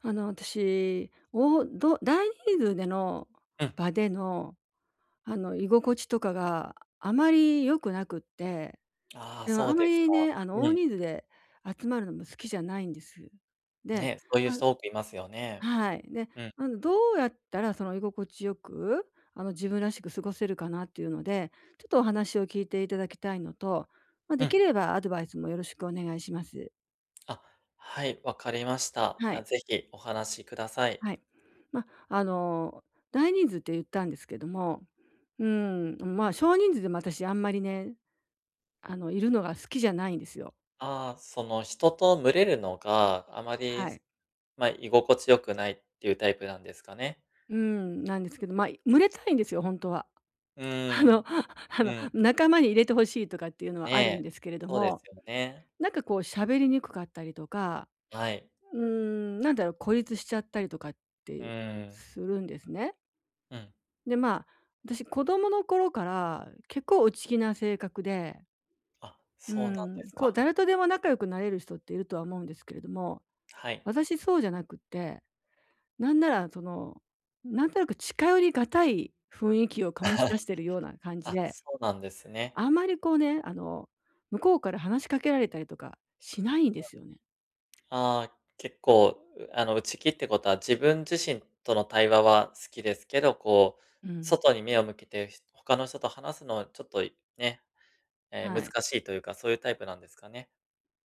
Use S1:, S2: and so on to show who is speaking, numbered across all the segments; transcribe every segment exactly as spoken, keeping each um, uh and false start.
S1: あの、私、おど大人数での
S2: うん。
S1: 場での、あの、居心地とかがあまり良くなくって、
S2: ああ、
S1: でも
S2: そ
S1: あ
S2: う
S1: ま
S2: です
S1: り
S2: か。
S1: ね、あの、
S2: う
S1: 大
S2: ん。
S1: 人数で集まるのも好きじゃないんです。で、
S2: ね、そういう
S1: あ、
S2: 人多くいますよね。
S1: はい。で、
S2: うん。
S1: あの、どうやったらその居心地よく、あの、自分らしく過ごせるかなっていうので、ちょっとお話を聞いていただきたいのと、まあ、
S2: う
S1: で
S2: ん。
S1: きればアドバイスもよろしくお願いします。
S2: あ、はい、わかりました。
S1: は
S2: あ、
S1: い。
S2: ぜひお話しください。
S1: はい。まあ、あの、大人数って言ったんですけども、うん、まあ、少人数でも私あんまりね、あの、いるのが好きじゃないんですよ。
S2: ああ、その人と群れるのがあま
S1: は
S2: り、
S1: い。
S2: まあ、居心地良くないっていうタイプなんですかね。
S1: うん、なんですけど、まあ、群れたいんですよ、本当は。
S2: う
S1: あ
S2: ん、
S1: の あ
S2: う
S1: の、
S2: ん、
S1: 仲間に入れてほしいとかっていうのはあるん
S2: ねえ、
S1: ですけれど
S2: そうです
S1: も、
S2: よね。
S1: なんかこう喋りにくかったりとか、
S2: はい。
S1: うん、なんだろう、孤立しちゃったりとかっ
S2: う
S1: て
S2: ん、
S1: するんですね。
S2: うん。
S1: で、まあ、私子供の頃から結構内気な性格で、
S2: あ、
S1: う
S2: そうなん
S1: ん、
S2: です
S1: こう
S2: か。
S1: 誰とでも仲良くなれる人っているとは思うんですけれども、
S2: はい。
S1: 私そうじゃなくって、なんならその、なんとなく近寄りがたい雰囲気を醸し出 してるような感じ
S2: あ、
S1: で、
S2: そうなんですね。
S1: あんまりこうね、あの、向こうから話しかけられたりとかしないんですよね。
S2: ああ、結構、うあの、内気ってことは、自分自身との対話は好きですけど、こう、
S1: うん。
S2: 外に目を向けて、ひ他の人と話すのはちょっといね、え、
S1: は
S2: 難
S1: い。
S2: しいというか、そういうタイプなんですかね。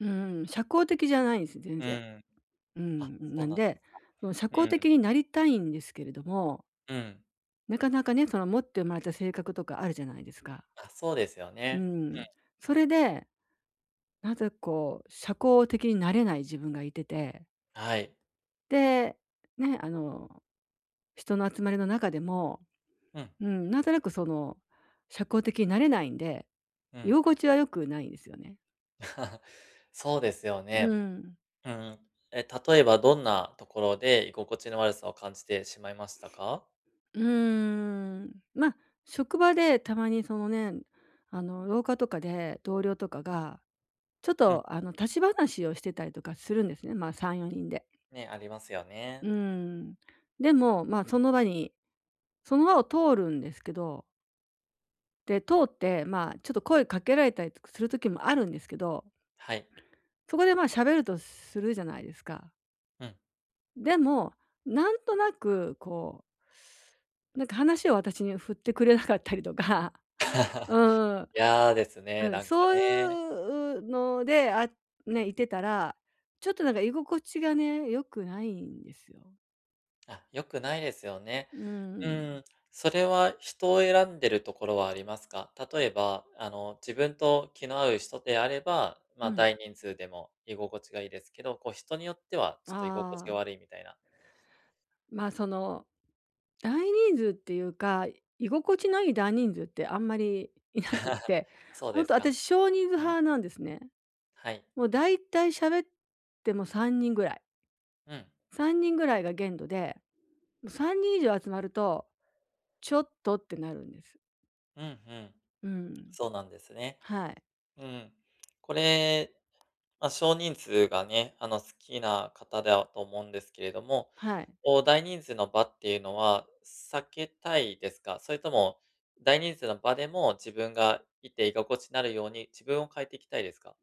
S1: うん、社交的じゃないんです、全
S2: う
S1: 然。
S2: ん。
S1: う
S2: あ、
S1: ん、
S2: そ
S1: な
S2: う
S1: ん
S2: なんです。
S1: で、その社交
S2: うん、
S1: 的になりたいんですけれども、
S2: うん。
S1: なかなかね、その持って生まれた性格とかあるじゃないですか。
S2: あ、そうですよ
S1: う
S2: ね。うん、
S1: ん。それで、なぜこう、社交的になれない自分がいてて、
S2: はい。
S1: で、ね、あの、人の集まりの中でも、
S2: うん、
S1: うん、なんとなくその、社交的になれないんで、
S2: う
S1: 居
S2: ん。
S1: 心地は良くないんですよね。
S2: そうですよ
S1: う
S2: ね。
S1: ん。
S2: うん。え、例えばどんなところで居心地の悪さを感じてしまいましたか？
S1: うーん。ま、職場でたまにそのね、あの、廊下とかで同僚とかが、ちょっ
S2: うん、
S1: とあの、立ち話をしてたりとかするんですね、ま、さん、よにんで。
S2: ね、ありますよね。
S1: うん。でも、ま、その場にその場を通るんですけど、で、通って、まあ、ちょっと声かけられたりとかする時もあるんですけど、
S2: はい。
S1: そこで、まあ、喋るとするじゃないですか。
S2: うん。
S1: でも、なんとなくこう、なんか話を私に振ってくれなかったりとか、う ん、
S2: 嫌ですね、
S1: うん、
S2: なんか
S1: そ
S2: ね。
S1: ういうので、あ、ね、いてたら、ちょっとなんか居心地がね、良くないんですよ。
S2: あ、良くないですよね。
S1: う
S2: う
S1: ん。
S2: ん、それは人を選んでるところはありますか？例えば、あの、自分と気の合う人であれば、ま
S1: う
S2: あ、
S1: ん。
S2: 大人数でも居心地がいいですけど、こう人によってはちょっと居心地が
S1: ああ、
S2: 悪いみたいな。
S1: まあ、その大人数っていうか、居心地のいい大人数ってあんまり いなくっ て、
S2: そう
S1: ほ
S2: で
S1: んと
S2: すか。
S1: 私少人数
S2: うん。
S1: 派なんですね。
S2: はい。
S1: もうだいたい喋ってもさんにんぐらい。
S2: うん。
S1: さんにんぐらいが限度で、もうさんにん以上集まると、ちょっとってなるんです。
S2: うんうん。
S1: うん。
S2: そうなんですね。
S1: はい。
S2: うん。これ、まあ、少人数がね、あの、好きな方だと思うんですけれども、
S1: はい。
S2: こう、大人数の場っていうのは避けたいですか？それとも、大人数の場でも自分がいて居心地になるように、自分を変えていきたいですか？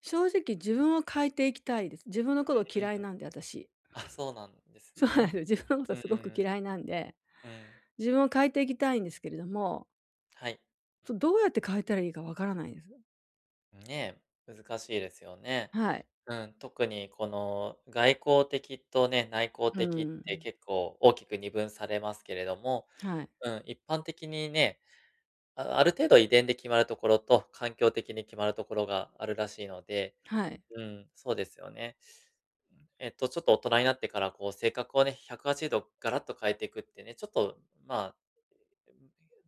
S1: 正直自分を変えていきたいです。自分のこと
S2: うんう
S1: 嫌い
S2: ん。
S1: なんで、私。
S2: あ、そうなんです
S1: そうなんで
S2: ね。
S1: すよ。自分のこと
S2: うん
S1: すご
S2: うん
S1: く
S2: うん。
S1: 嫌いなんで、
S2: うん。
S1: 自分を変えていきたいんですけれども、
S2: はい。
S1: そ、どうやって変えたらいいかわからないです。
S2: ね、難しいですよね。
S1: はい。
S2: うん、特にこの外交的とね、内向
S1: う
S2: 的って
S1: ん、
S2: 結構大きく二分されますけれども、
S1: はい、
S2: うん、一般的にね、あある程度遺伝で決まるところと、環境的に決まるところがあるらしいので、
S1: はい。
S2: うん、そうですよね。うんえっと、ちょっと大人になってから、こう、性格をね、ひゃくはちじゅうどガラッと変えていくってね、ちょっと、まあ、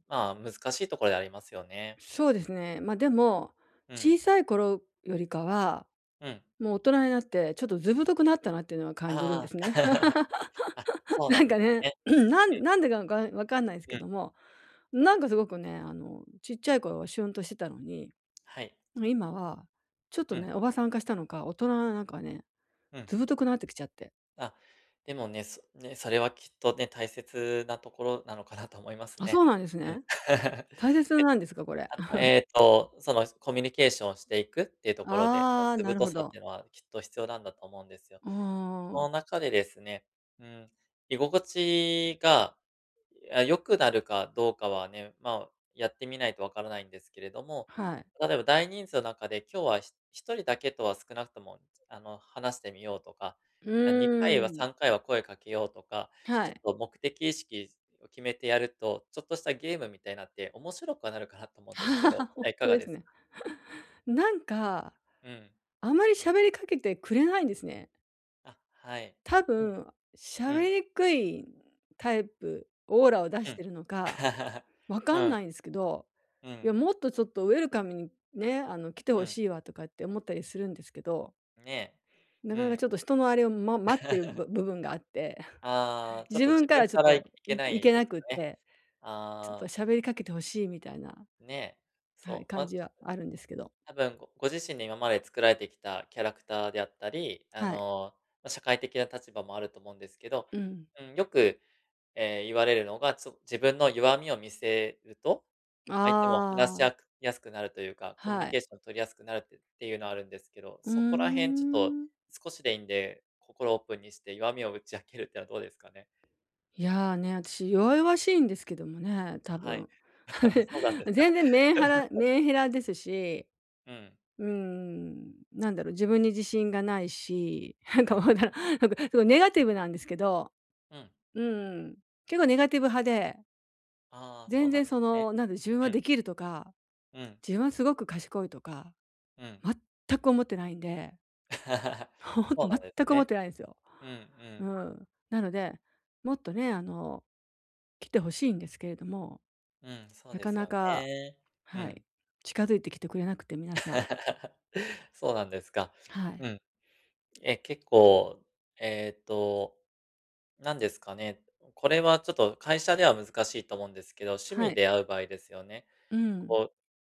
S2: まあ、難しいところでありますよね。
S1: そうですね。ま、でも、
S2: うん。
S1: 小さい頃よりかは、
S2: うん。
S1: もう大人になって、ちょっと図太くなったなっていうのは感じるんで
S2: ああ。
S1: すね。
S2: あ、そう
S1: な
S2: なん
S1: ん
S2: で
S1: か
S2: す
S1: ね、
S2: ね。
S1: なんなんでかわかわかんないですけ
S2: うん。
S1: ども、なんかすごくね、あの、ちっちゃい頃はシュンとしてたのに、
S2: はい。
S1: 今はちょっと
S2: うん。
S1: ね、おばさん化したのか、大人、なんかね、
S2: うん。
S1: 図太くなってきちゃって。
S2: あ、でもね、そね、それはきっとね、大切なところなのかなと思います
S1: あ、
S2: ね。
S1: そうなんです
S2: うん。
S1: ね。大切なんですか、これ。
S2: あ、えっと、そのコミュニケーションしていくっていうところでの
S1: ああ、
S2: 図
S1: なる
S2: 太
S1: ほ
S2: さって
S1: ど。
S2: いうのはきっと必要なんだと思うんですよ。
S1: うー
S2: そ
S1: ん、
S2: の中でですね、うん、居心地がいや、良くなるかどうかはね、まあ、やってみないとわからないんですけれども、
S1: はい。
S2: 例えば大人数の中で、今日はひ人だけとは少なくとも、あの、話してみようとか、
S1: う
S2: あ、にかいは
S1: ーん、
S2: さんかいは声かけようとか、
S1: は
S2: ちょっ
S1: い。
S2: と目的意識を決めてやると、ちょっとしたゲームみたいなって面白くはなるかなと思う んですけど、
S1: 本
S2: はい、いか
S1: 当
S2: が
S1: で
S2: で
S1: す
S2: す
S1: ね。
S2: か？
S1: なんか、
S2: うん。
S1: あまり喋りかけてくれないんですね。
S2: あ、はい。
S1: 多
S2: うん、
S1: 分、
S2: う
S1: 喋り
S2: ん、
S1: にくいタイプ、オーラを出
S2: う
S1: して
S2: ん。
S1: るのか、わか
S2: う
S1: ん
S2: ん、
S1: ないんですけど、
S2: う
S1: いや、
S2: ん、
S1: もっとちょっとウェルカムにね、あの、来て
S2: う
S1: ほ
S2: ん。
S1: しいわとかって思ったりするんですけど、
S2: ね
S1: な
S2: え。う
S1: かなか
S2: ん。
S1: ちょっと人のあれを、ま待ってるぶ部分があって、
S2: あ あ、ちょっ
S1: 自
S2: と
S1: 分
S2: 自
S1: か
S2: 分
S1: らちょっ
S2: からいい
S1: と
S2: け
S1: い
S2: な
S1: い
S2: い
S1: け
S2: んで
S1: な
S2: すか
S1: くっ
S2: ね。
S1: て、ちょっと
S2: ああ、
S1: 喋りかけてほしいみたいな、
S2: ね、
S1: はい、
S2: そう、
S1: 感
S2: ま、
S1: じはあるんですけど。
S2: 多分ごご自身で今まで作られてきたキャラクターであったり、あ
S1: はい。
S2: の、ま、社会的な立場もあると思うんですけど、
S1: うん。
S2: うん、よく、ええ、言われるのが、ちょ自分の弱みを見せると、相手も話し
S1: あ
S2: や
S1: あ、
S2: くやすくなるというか、コミュニ
S1: はい。
S2: ケーション取りやすくなるってっていうのはあるんですけど、
S1: う
S2: そこら
S1: ー
S2: 辺ちょっと
S1: ん。
S2: 少しでいいんで、心オープンにして弱みを打ち明けるってのはどうですかね？
S1: いや、ね、私弱々しいんですけどもね、多
S2: はい。
S1: 分。
S2: そうなんですか？
S1: 全然メンハラ メンヘラですし、
S2: うん。
S1: うん、なんだろう、自分に自信がないし、なん
S2: は
S1: かわ
S2: い。
S1: からん なんかすごいネガティブなんですけど、
S2: うん。
S1: うん、結構ネガティブ派で、
S2: ああ、そ
S1: 全
S2: うなん
S1: 然
S2: で
S1: そ
S2: す
S1: の、
S2: ね。
S1: なんだろう、自分
S2: う
S1: は
S2: ん、
S1: できるとか、
S2: うん、
S1: 自分はすごく賢いとか、
S2: うん。
S1: 全く思ってないんで、ほんと
S2: そうなんで
S1: 全
S2: す
S1: く思っ
S2: ね。
S1: てないんですよ。
S2: うんう
S1: う
S2: ん。
S1: ん。なので、もっとね、あの、来てほしいんですけれども、
S2: うん、そう
S1: な
S2: で
S1: か
S2: す
S1: な
S2: よ
S1: か、
S2: ね。う
S1: はい、
S2: ん。
S1: 近づいてきてくれなくて、皆さん。
S2: そうなんですか。
S1: はい。
S2: うん。え、結構、えっと、なんですかね、これはちょっと会社では難しいと思うんですけど、趣
S1: は
S2: 味
S1: い。
S2: で会う場合ですよね。
S1: うん。
S2: こ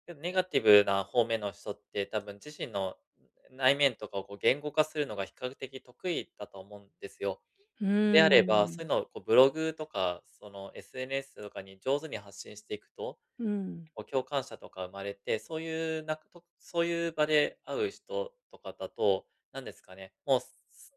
S2: う、ネガティブな方面の人って多分自身の内面とかをこう言語化するのが比較的得意だと思うんですよ。
S1: うー
S2: であれば、そういう
S1: ん。
S2: のをこうブログとか、その エスエヌエス とかに上手に発信していくと
S1: うん。
S2: こう共感者とか生まれて、そういうなんかとそういう場で会う人とかだと、なんですかね、もう、そ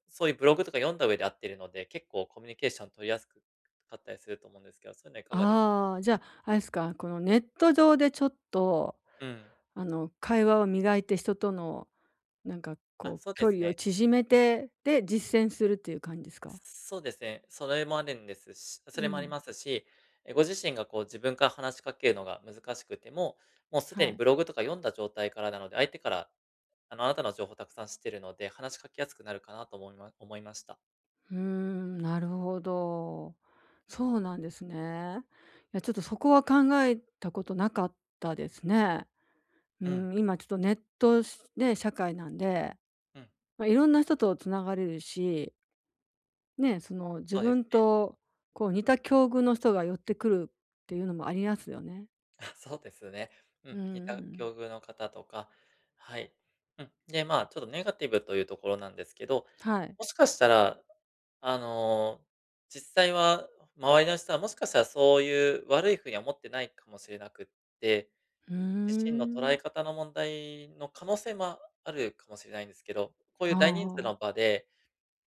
S2: そういうブログとか読んだ上で会ってるので、結構コミュニケーション取りやすくかったりすると思うんですけど、そういうのはいかがですか？
S1: ああ、じゃあ、あれですか、このネット上でちょっと、
S2: うん。
S1: あの、会話を磨いて、人との、なんか
S2: あ、
S1: こう、
S2: そうで
S1: 距
S2: す
S1: 離を
S2: ね。
S1: 縮めて、で、実践するっていう感じですか？
S2: そうですね。それもあるんですしそ
S1: う
S2: れもあり
S1: ん。
S2: ますし、え、ご自身がこう自分から話しかけるのが難しくても、もうすでに
S1: はい。
S2: ブログとか読んだ状態からなので、相手から、あの、あなたの情報をたくさん知ってるので、話しかけやすくなるかなと思いま思いました。
S1: うーん、なるほど。そうなんですね。いや、ちょっとそこは考えたことなかったですね。う
S2: うん、
S1: ん、今ちょっとネットでね、社会なんで、
S2: うん。
S1: まあ、いろんな人とつながれるし、ね、その自
S2: そうです
S1: 分
S2: ね。
S1: とこう似た境遇の人が寄ってくるっていうのもありますよね。
S2: あ、そうですね。う
S1: う
S2: ん、似た
S1: ん、
S2: 境遇の方とか、はい。うん、で、まあ、ちょっとネガティブというところなんですけど、
S1: はい。
S2: もしかしたら、あの、実際は周りの人はもしかしたらそういう悪いふうには思ってないかもしれなくって、
S1: うー
S2: 自身の捉
S1: ん。
S2: え方の問題の可能性もあるかもしれないんですけど、こうい
S1: あ
S2: う大人数の
S1: あ。
S2: 場で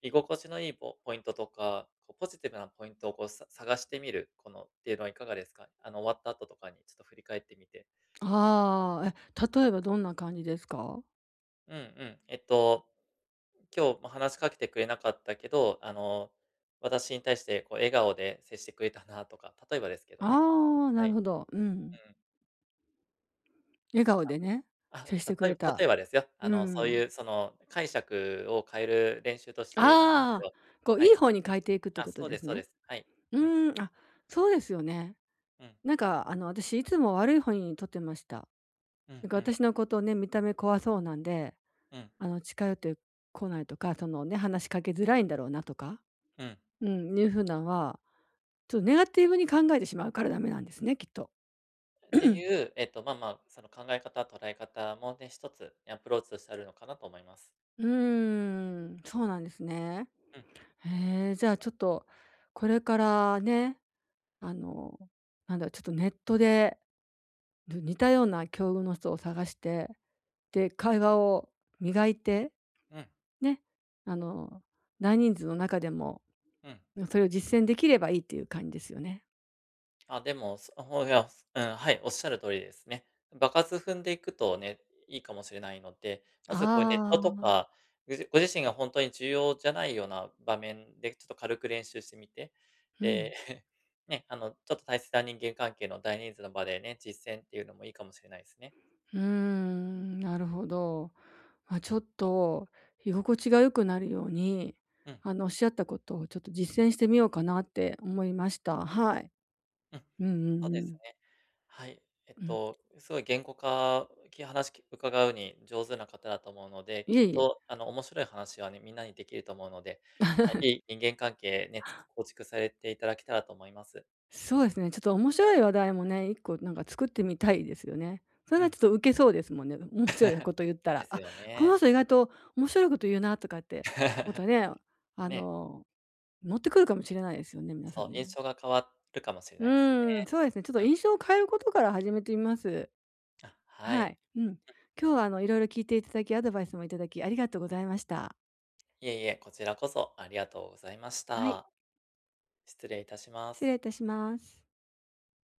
S2: 居心地のいいポポイントとか、こうポジティブなポイントをこうさ探してみる、このっていうのはいかがですか？あの終わった後とかにちょっと振り返ってみて。
S1: ああ、え、例えばどんな感じですか？
S2: うんうん。えっと、今日も話しかけてくれなかったけど、あの、私に対してこう笑顔で接してくれたなとか、例えばですけどね。
S1: ああ、
S2: は
S1: なる
S2: い。
S1: ほど。うん。
S2: うん。
S1: 笑顔でね、
S2: あ、
S1: 接してく
S2: 例
S1: れ
S2: え
S1: た。
S2: 例えばですよ。あ
S1: う
S2: の、そう
S1: ん。
S2: いうその解釈を変える練習としてなんですけ
S1: ああ、
S2: ど。
S1: こう
S2: は
S1: いい
S2: い。
S1: 方に
S2: うん。
S1: 変えていくって
S2: あ、
S1: こと
S2: そう
S1: で
S2: です
S1: す
S2: そう
S1: ね。
S2: です。はい。うん、
S1: うん、あ、そうですよね。
S2: うん、
S1: なんか、あの、私いつも悪い方にとってました。
S2: うんう
S1: なんか
S2: ん、
S1: 私のことをね、見た目怖そうなんで、
S2: うん、
S1: あの、近寄ってこないとか、そのね、話しかけづらいんだろうなとか、
S2: うん。
S1: うん、いう風なのは、ちょっとネガティブに考えてしまうからダメなんですね、きっと。
S2: って いう、えっと、まあまあ、その考え方、捉え方もね、一つアプローチとしてあるのかなと思います。
S1: うーん、そうなんですね。
S2: うん、
S1: へえ、じゃあちょっと、これからね、あの、なんだ、ちょっとネットで、似たような境遇の人を探して、で、会話を磨いて
S2: うん、
S1: ね、あの、大人数の中でも、
S2: うん。
S1: それを実践できればいいっていう感じですよね。
S2: あ、でも、そほいや、すうん、はい、おっしゃる通りですね。場数踏んでいくとね、いいかもしれないので、まずこうネット
S1: あ
S2: と
S1: あ。
S2: か、ごじご自身が本当に重要じゃないような場面で、ちょっと軽く練習してみて、
S1: うん。
S2: で、ね、あの、ちょっと大切な人間関係の大人数の場でね、実践っていうのもいいかもしれないですね。
S1: うーん、なるほど。まあ、ちょっと居心地が良くなるように、
S2: うん、
S1: あの、おっしゃったことをちょっと実践してみようかなって思いました。はい。
S2: うん、
S1: うんう
S2: そう
S1: んう
S2: です
S1: ん。
S2: ね。はい。えっ
S1: うん。
S2: と、すごい言語化、き話き伺うに上手な方だと思うので、
S1: い
S2: き
S1: え
S2: っ
S1: いえ。
S2: とあの面白い話はね、みんなにできると思うので、はい、いい人間関係ね、つく構築されていただけたらと思います。
S1: そうですね、ちょっと面白い話題もね、いっこなんか作ってみたいですよね。それ
S2: う
S1: なら
S2: ん。
S1: ちょっとウケそうですもんね。面白いこと言ったら、
S2: です
S1: あ、
S2: よ
S1: この
S2: ね。
S1: 人意外と面白いこと言うなとかって、ま たね、あ
S2: ね、
S1: の、乗ってくるかもしれないですよね、皆さ
S2: そ
S1: ん
S2: う、
S1: ね。
S2: 印象が変わるかもしれ
S1: う
S2: ないですね。
S1: ーん、そうですね、ちょっと
S2: うん。
S1: 印象を変えることから始めてみます。
S2: あ、は
S1: は
S2: い。
S1: い、うん。今日はあの、いろいろ聞いていただき、アドバイスもいただきありがとうございました。
S2: いえいえ、こちらこそありがとうございまし
S1: はい、
S2: た。失礼いたしま
S1: 失
S2: す。
S1: 礼いたします。